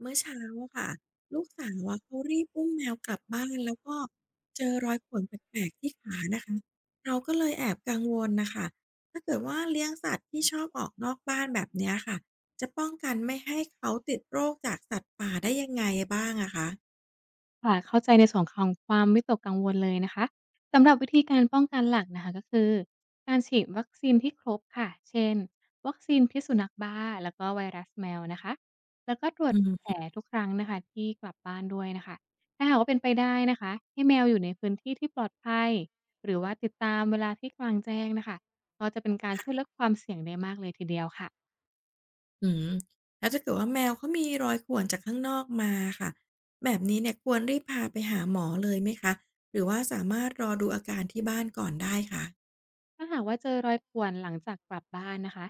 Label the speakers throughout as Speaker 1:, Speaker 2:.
Speaker 1: เมื่อเช้าอะค่ะลูกสาวอะเขารีบอุ้มแมวกลับบ้านแล้วก็เจอรอยข่วนแปลกๆที่ขานะคะเราก็เลยแอบกังวลน่ะค่ะถ้าเกิดว่าเลี้ยงสัตว์ที่ชอบออกนอกบ้านแบบเนี้ยค่ะจะป้องกันไม่ให้เขาติดโรคจากสัตว์ป่าได้ยังไงบ้างอะคะ
Speaker 2: ค่ะเข้าใจในส่วนของความวิตกกังวลเลยนะคะสำหรับวิธีการป้องกันหลักนะคะก็คือการฉีดวัคซีนที่ครบค่ะเช่นวัคซีนพิษสุนัขบ้าแล้วก็ไวรัสแมวนะคะแล้วก็ตรวจ
Speaker 1: อื
Speaker 2: แผล
Speaker 1: ม
Speaker 2: ทุกครั้งนะคะที่กลับบ้านด้วยนะคะถ้าหากว่าเป็นไปได้นะคะให้แมวอยู่ในพื้นที่ที่ปลอดภัยหรือว่าติดตามเวลาที่กลางแจ้งนะคะก็จะเป็นการช่วยลดความเสี่ยงได้มากเลยทีเดียวค่ะ
Speaker 1: อืมแล้วถ้าเกิดว่าแมวเขามีรอยข่วนจากข้างนอกมาค่ะแบบนี้เนี่ยควรรีบพาไปหาหมอเลยไหมคะหรือว่าสามารถรอดูอาการที่บ้านก่อนได้คะ
Speaker 2: ถ้าหากว่าเจอรอยข่วนหลังจากกลับบ้านนะคะ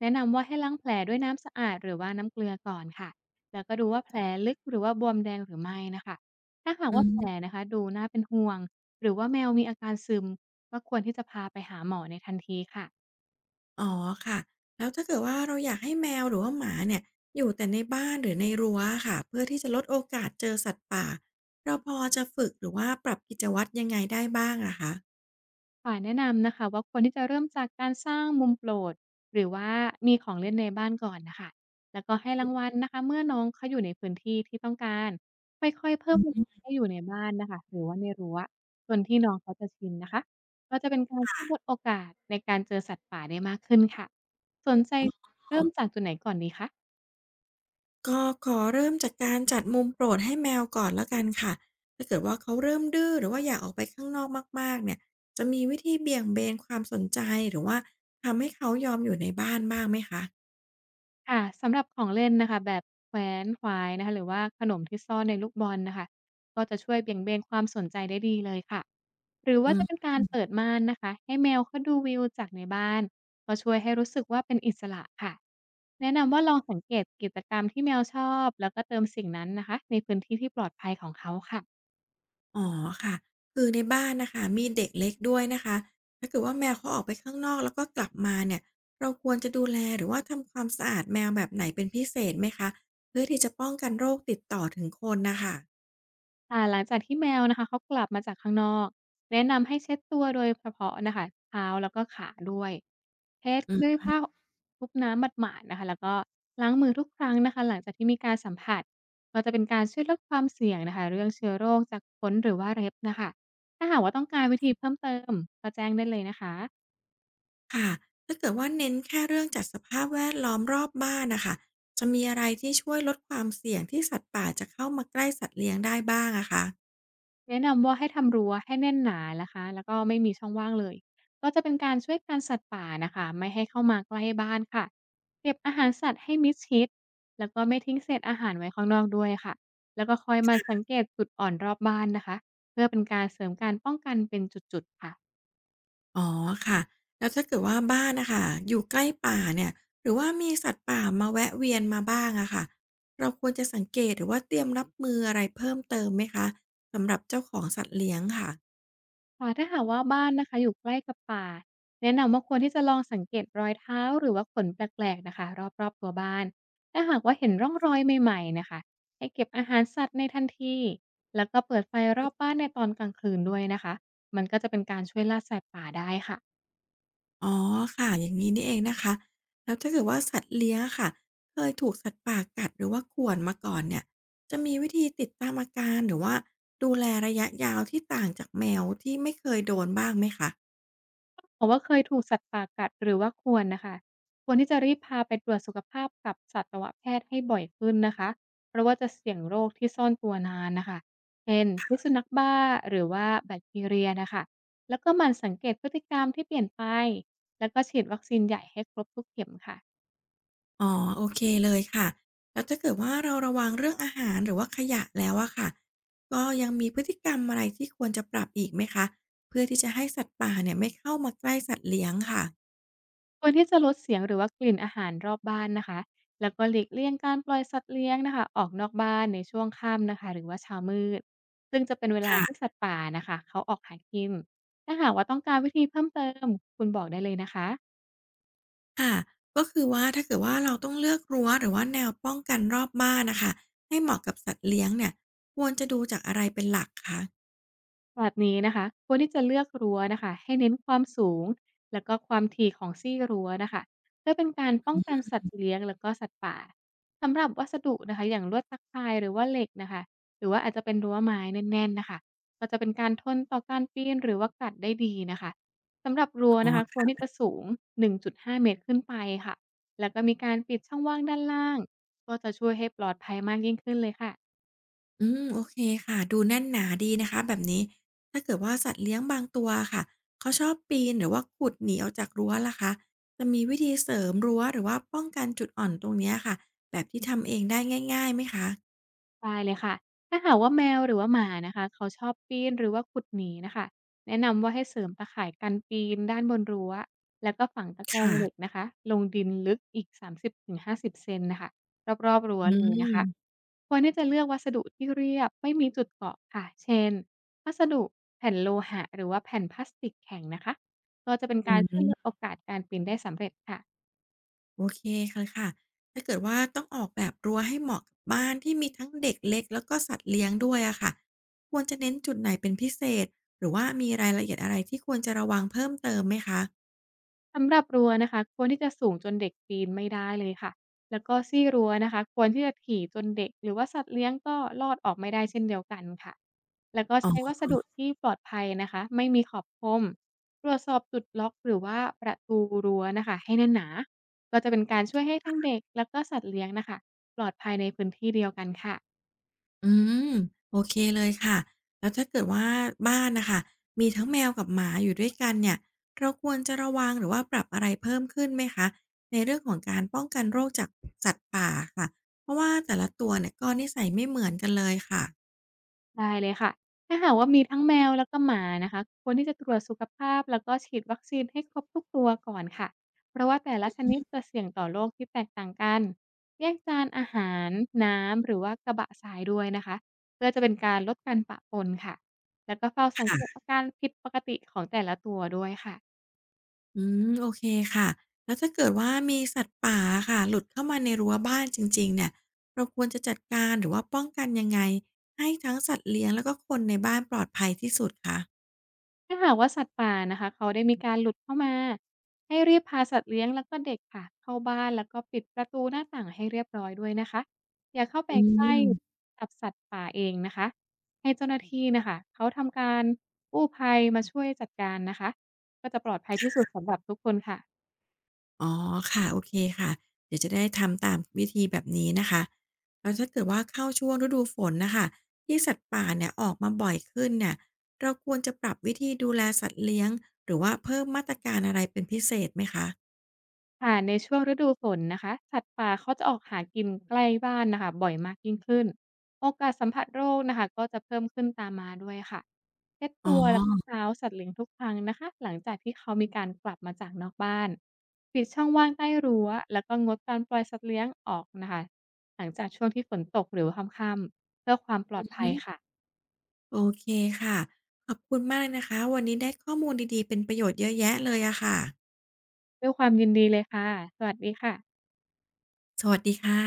Speaker 2: แนะนำว่าให้ล้างแผลด้วยน้ำสะอาดหรือว่าน้ำเกลือก่อนค่ะแล้วก็ดูว่าแผลลึกหรือว่าบวมแดงหรือไม่นะคะถ้าหาก
Speaker 1: อื
Speaker 2: ว่าแผล
Speaker 1: ม
Speaker 2: นะคะดูน่าเป็นห่วงหรือว่าแมวมีอาการซึมก็ควรที่จะพาไปหาหมอในทันทีค่ะ
Speaker 1: อ๋อค่ะแล้วถ้าเกิดว่าเราอยากให้แมวหรือว่าหมาเนี่ยอยู่แต่ในบ้านหรือในรั้วค่ะเพื่อที่จะลดโอกาสเจอสัตว์ป่าเราพอจะฝึกหรือว่าปรับกิจวัตรยังไงได้บ้างอะคะ
Speaker 2: ขอแนะนำนะคะว่าควรที่จะเริ่มจากการสร้างมุมโปรดหรือว่ามีของเล่นในบ้านก่อนนะคะแล้วก็ให้รางวัลนะคะเมื่อน้องเขาอยู่ในพื้นที่ที่ต้องการค่อยๆเพิ่
Speaker 1: อื
Speaker 2: มเวลา
Speaker 1: ม
Speaker 2: ให้อยู่ในบ้านนะคะหรือว่าในรั้วจนที่น้องเขาจะชินนะคะก็จะเป็นการช่วยลดโอกาสในการเจอสัตว์ป่าได้มากขึ้นค่ะสนใจเริ่มจากจุดไหนก่อนดีคะ
Speaker 1: ก็ขอเริ่มจากการจัดมุมโปรดให้แมวก่อนแล้วกันค่ะถ้าเกิดว่าเขาเริ่มดื้อหรือว่าอยากออกไปข้างนอกมากๆเนี่ยจะมีวิธีเบี่ยงเบนความสนใจหรือว่าทำให้เขายอมอยู่ในบ้านบ้างไหมคะ
Speaker 2: ค่ะสำหรับของเล่นนะคะแบบแขวนขวายนะคะหรือว่าขนมที่ซ่อนในลูกบอลนะคะก็จะช่วยเบี่ยงเบนความสนใจได้ดีเลยค่ะหรือว่า
Speaker 1: อื
Speaker 2: จะเป็
Speaker 1: ม
Speaker 2: นการเปิดม่านนะคะให้แมวเขาดูวิวจากในบ้านก็ช่วยให้รู้สึกว่าเป็นอิสระค่ะแนะนำว่าลองสังเกตกิจกรรมที่แมวชอบแล้วก็เติมสิ่งนั้นนะคะในพื้นที่ที่ปลอดภัยของเขาค่ะ
Speaker 1: อ๋อค่ะคือในบ้านนะคะมีเด็กเล็กด้วยนะคะถ้าเกิดว่าแมวเขาออกไปข้างนอกแล้วก็กลับมาเนี่ยเราควรจะดูแลหรือว่าทำความสะอาดแมวแบบไหนเป็นพิเศษไหมคะเพื่อที่จะป้องกันโรคติดต่อถึงคนนะคะ
Speaker 2: ค่ะหลังจากที่แมวนะคะเขากลับมาจากข้างนอกแนะนำให้เช็ดตัวโดยเฉพาะนะคะเท้าแล้วก็ขาด้วยเช็ด
Speaker 1: อื
Speaker 2: ด้วย
Speaker 1: ม
Speaker 2: ผ้าคลุบน้ำหมาดๆนะคะแล้วก็ล้างมือทุกครั้งนะคะหลังจากที่มีการสัมผัสก็จะเป็นการช่วยลดความเสี่ยงนะคะเรื่องเชื้อโรคจากขนหรือว่าเร็บนะคะถ้าหากว่าต้องการวิธีเพิ่มเติมก็แจ้งได้เลยนะคะ
Speaker 1: ค่ะถ้าเกิดว่าเน้นแค่เรื่องจัดสภาพแวดล้อมรอบบ้านนะคะจะมีอะไรที่ช่วยลดความเสี่ยงที่สัตว์ป่าจะเข้ามาใกล้สัตว์เลี้ยงได้บ้างอะคะ
Speaker 2: แนะนำว่าให้ทำรั้วให้แน่นหนานะคะแล้วก็ไม่มีช่องว่างเลยก็จะเป็นการช่วยกันสัตว์ป่านะคะไม่ให้เข้ามาใกล้บ้านค่ะเก็บอาหารสัตว์ให้มิดชิดแล้วก็ไม่ทิ้งเศษอาหารไว้ข้างนอกด้วยค่ะแล้วก็คอยหมันสังเกตจุดอ่อนรอบบ้านนะคะเพื่อเป็นการเสริมการป้องกันเป็นจุดๆค่ะ
Speaker 1: อ๋อค่ะแล้วถ้าเกิดว่าบ้านนะคะอยู่ใกล้ป่าเนี่ยหรือว่ามีสัตว์ป่ามาแวะเวียนมาบ้างอะค่ะเราควรจะสังเกตหรือว่าเตรียมรับมืออะไรเพิ่มเติมไหมคะสำหรับเจ้าของสัตว์เลี้ยงค่ะ
Speaker 2: ค่ะถ้าหากว่าบ้านนะคะอยู่ใกล้กับป่าแนะนำว่าควรที่จะลองสังเกตรอยเท้าหรือว่าขนแปลกๆนะคะรอบๆตัวบ้านถ้าหากว่าเห็นร่องรอยใหม่ๆนะคะให้เก็บอาหารสัตว์ในทันทีแล้วก็เปิดไฟรอบบ้านในตอนกลางคืนด้วยนะคะมันก็จะเป็นการช่วยล่าสัตว์ป่าได้ค่ะ
Speaker 1: อ๋อค่ะอย่างนี้นี่เองนะคะแล้วถ้าเกิดว่าสัตว์เลี้ยงอะค่ะเคยถูกสัตว์ป่ากัดหรือว่าข่วนมาก่อนเนี่ยจะมีวิธีติดตามอาการหรือว่าดูแลระยะยาวที่ต่างจากแมวที่ไม่เคยโดนบ้างไหมคะ
Speaker 2: บอกว่าเคยถูกสัตว์ป่ากัดหรือว่าควรน่ะค่ะควรที่จะรีบพาไปตรวจสุขภาพกับสัตวแพทย์ให้บ่อยขึ้นนะคะ เพราะว่าจะเสี่ยงโรคที่ซ่อนตัวนานน่ะค่ะเช่นพิษสุนัขบ้าหรือว่าแบคทีเรียน่ะค่ะแล้วก็หมั่นสังเกตพฤติกรรมที่เปลี่ยนไปแล้วก็ฉีดวัคซีนใหญ่ให้ครบทุกเข็มค่ะ
Speaker 1: อ๋อโอเคเลยค่ะแล้วถ้าเกิดว่าเราระวังเรื่องอาหารหรือว่าขยะแล้วอะค่ะก็ยังมีพฤติกรรมอะไรที่ควรจะปรับอีกไหมคะเพื่อที่จะให้สัตว์ป่าเนี่ยไม่เข้ามาใกล้สัตว์เลี้ยงค่ะ
Speaker 2: ควรที่จะลดเสียงหรือว่ากลิ่นอาหารรอบบ้านนะคะแล้วก็หลีกเลี่ยงการปล่อยสัตว์เลี้ยงนะคะออกนอกบ้านในช่วงค่ำนะคะหรือว่าเช้ามืด ซึ่งจะเป็นเวลาที่
Speaker 1: ค่ะ
Speaker 2: สัตว์ป่านะคะเขาออกหากินถ้าหากว่าต้องการวิธีเพิ่มเติมคุณบอกได้เลยนะคะ
Speaker 1: ค่ะก็คือว่าถ้าเกิดว่าเราต้องเลือกรั้วหรือว่าแนวป้องกันรอบบ้านน่ะคะให้เหมาะกับสัตว์เลี้ยงเนี่ยควรจะดูจากอะไรเป็นหลักคะ
Speaker 2: แบบนี้นะคะควรที่จะเลือกรั้วนะคะให้เน้นความสูงแล้วก็ความถี่ของซี่รั้วนะคะเพื่อเป็นการป้องกันสัตว์เลี้ยงแล้วก็สัตว์ป่าสำหรับวัสดุนะคะอย่างลวดตะข่ายหรือว่าเหล็กนะคะหรือว่าอาจจะเป็นรั้วไม้แน่นๆนะคะก็จะเป็นการทนต่อการปีนหรือว่ากัดได้ดีนะคะสำหรับรั้ว
Speaker 1: อ๋
Speaker 2: นะคะค
Speaker 1: อ
Speaker 2: วรที่จะสูง1.5เมตรขึ้นไปค่ะแล้วก็มีการปิดช่องว่างด้านล่างก็จะช่วยให้ปลอดภัยมากยิ่งขึ้นเลยค่ะ
Speaker 1: อืมโอเคค่ะดูแน่นหนาดีนะคะแบบนี้ถ้าเกิดว่าสัตว์เลี้ยงบางตัวะค่ะเขาชอบปีนหรือว่าขุดหนีออกจากรั้วล่ะคะจะมีวิธีเสริมรั้วหรือว่าป้องกันจุดอ่อนตรงเนี้ยค่ะแบบที่ทำเองได้ง่ายๆไหมคะ
Speaker 2: ได้เลยค่ะถ้าหากว่าแมวหรือว่าหมานะคะเขาชอบปีนหรือว่าขุดหนีนะคะแนะนำว่าให้เสริมตะข่ายกันปีนด้านบนรั้วแล้วก็ฝังตะก
Speaker 1: ค
Speaker 2: รงเหล็ก
Speaker 1: ่ะ
Speaker 2: นะคะลงดินลึกอีก 30-50 เซนนะคะรอบๆรั้ว
Speaker 1: อื
Speaker 2: เลยนะ
Speaker 1: ม
Speaker 2: คะควรที่จะเลือกวัสดุที่เรียบไม่มีจุดเกาะค่ะเช่นวัสดุแผ่นโลหะหรือว่าแผ่นพลาสติกแข็งนะคะก็จะเป็น
Speaker 1: อื
Speaker 2: การช่วยลดโอ
Speaker 1: ม
Speaker 2: กาสการปีนได้สำเร็จค่ะ
Speaker 1: โอเคเลยค่ะถ้าเกิดว่าต้องออกแบบรั้วให้เหมาะกับบ้านที่มีทั้งเด็กเล็กแล้วก็สัตว์เลี้ยงด้วยอะค่ะควรจะเน้นจุดไหนเป็นพิเศษหรือว่ามีรายละเอียดอะไรที่ควรจะระวังเพิ่มเติมไหมคะ
Speaker 2: สำหรับรั้วนะคะควรที่จะสูงจนเด็กปีนไม่ได้เลยค่ะแล้วก็ซี่รั้วนะคะควรที่จะถี่จนเด็กหรือว่าสัตว์เลี้ยงก็ลอดออกไม่ได้เช่นเดียวกันค่ะแล้วก็ใช้วัสดุที่ปลอดภัยนะคะไม่มีขอบคมตรวจสอบจุดล็อกหรือว่าประตูรั้วนะคะให้แน่นหนาก็จะเป็นการช่วยให้ทั้งเด็กแล้วก็สัตว์เลี้ยงนะคะปลอดภัยในพื้นที่เดียวกันค่ะ
Speaker 1: อืมโอเคเลยค่ะแล้วถ้าเกิดว่าบ้านน่ะคะมีทั้งแมวกับหมาอยู่ด้วยกันเนี่ยเราควรจะระวังหรือว่าปรับอะไรเพิ่มขึ้นไหมคะในเรื่องของการป้องกันโรคจากสัตว์ป่าอะค่ะเพราะว่าแต่ละตัวเนี่ยก็นิสัยไม่เหมือนกันเลยค่ะ
Speaker 2: ได้เลยค่ะถ้าหากว่ามีทั้งแมวแล้วก็หมานะคะควรที่จะตรวจสุขภาพแล้วก็ฉีดวัคซีนให้ครบทุกตัวก่อนค่ะเพราะว่าแต่ละช
Speaker 1: อื
Speaker 2: นิ
Speaker 1: ม
Speaker 2: ดจะเสี่ยงต่อโรคที่แตกต่างกันแยกจานอาหารน้ำหรือว่ากระบะทรายด้วยนะคะเพื่อจะเป็นการลดการปะปนค่ะแล้วก็เฝ้าสังเกต
Speaker 1: ค่ะ
Speaker 2: อาการผิดปกติของแต่ละตัวด้วยค่ะ
Speaker 1: อืมโอเคค่ะแล้วถ้าเกิดว่ามีสัตว์ป่าอค่ะหลุดเข้ามาในรั้วบ้านจริงๆเนี่ยเราควรจะจัดการหรือว่าป้องกันยังไงให้ทั้งสัตว์เลี้ยงแล้วก็คนในบ้านปลอดภัยที่สุดคะ
Speaker 2: ถ้าหากว่าสัตว์ป่านะคะเขาได้มีการหลุดเข้ามาให้รีบพาสัตว์เลี้ยงแล้วก็เด็กค่ะเข้าบ้านแล้วก็ปิดประตูหน้าต่างให้เรียบร้อยด้วยนะคะอย่าเข้าไป
Speaker 1: อื
Speaker 2: ใกล้
Speaker 1: ม
Speaker 2: กับสัตว์ป่าเองนะคะให้เจ้าหน้าที่นะคะเขาทำการกู้ภัยมาช่วยจัดการนะคะก็จะปลอดภัยที่สุดสำหรับทุกคนค่ะ
Speaker 1: อ๋อค่ะโอเคค่ะเดี๋ยวจะได้ทำตามวิธีแบบนี้นะคะแล้วถ้าเกิดว่าเข้าช่วงฤดูฝนน่ะค่ะที่สัตว์ป่าเนี่ยออกมาบ่อยขึ้นเนี่ยเราควรจะปรับวิธีดูแลสัตว์เลี้ยงหรือว่าเพิ่มมาตรการอะไรเป็นพิเศษไหมคะ
Speaker 2: ค่ะในช่วงฤดูฝนนะคะสัตว์ป่าเขาจะออกหากินใกล้บ้านนะคะบ่อยมากยิ่งขึ้นโอกาสสัมผัสโรคนะคะก็จะเพิ่มขึ้นตามมาด้วยค่ะเช็ด
Speaker 1: อ๋อ
Speaker 2: ตัวแล้วก็เท้าสัตว์เลี้ยงทุกครั้งนะคะหลังจากที่เขามีการกลับมาจากนอกบ้านปิดช่องว่างใต้รั้วแล้วก็งดการปล่อยสัตว์เลี้ยงออกนะคะหลังจากช่วงที่ฝนตกหรือว่าค่ำๆเพื่อความปลอ
Speaker 1: อื
Speaker 2: ด
Speaker 1: อ
Speaker 2: ภั
Speaker 1: ฮึ
Speaker 2: ยค่ะ
Speaker 1: โอเคค่ะขอบคุณมากเลยนะคะวันนี้ได้ข้อมูลดีๆเป็นประโยชน์เยอะแยะเลยอะค่ะ
Speaker 2: ด้วยความยินดีเลยค่ะสวัสดีค่ะ
Speaker 1: สวัสดีค่ะ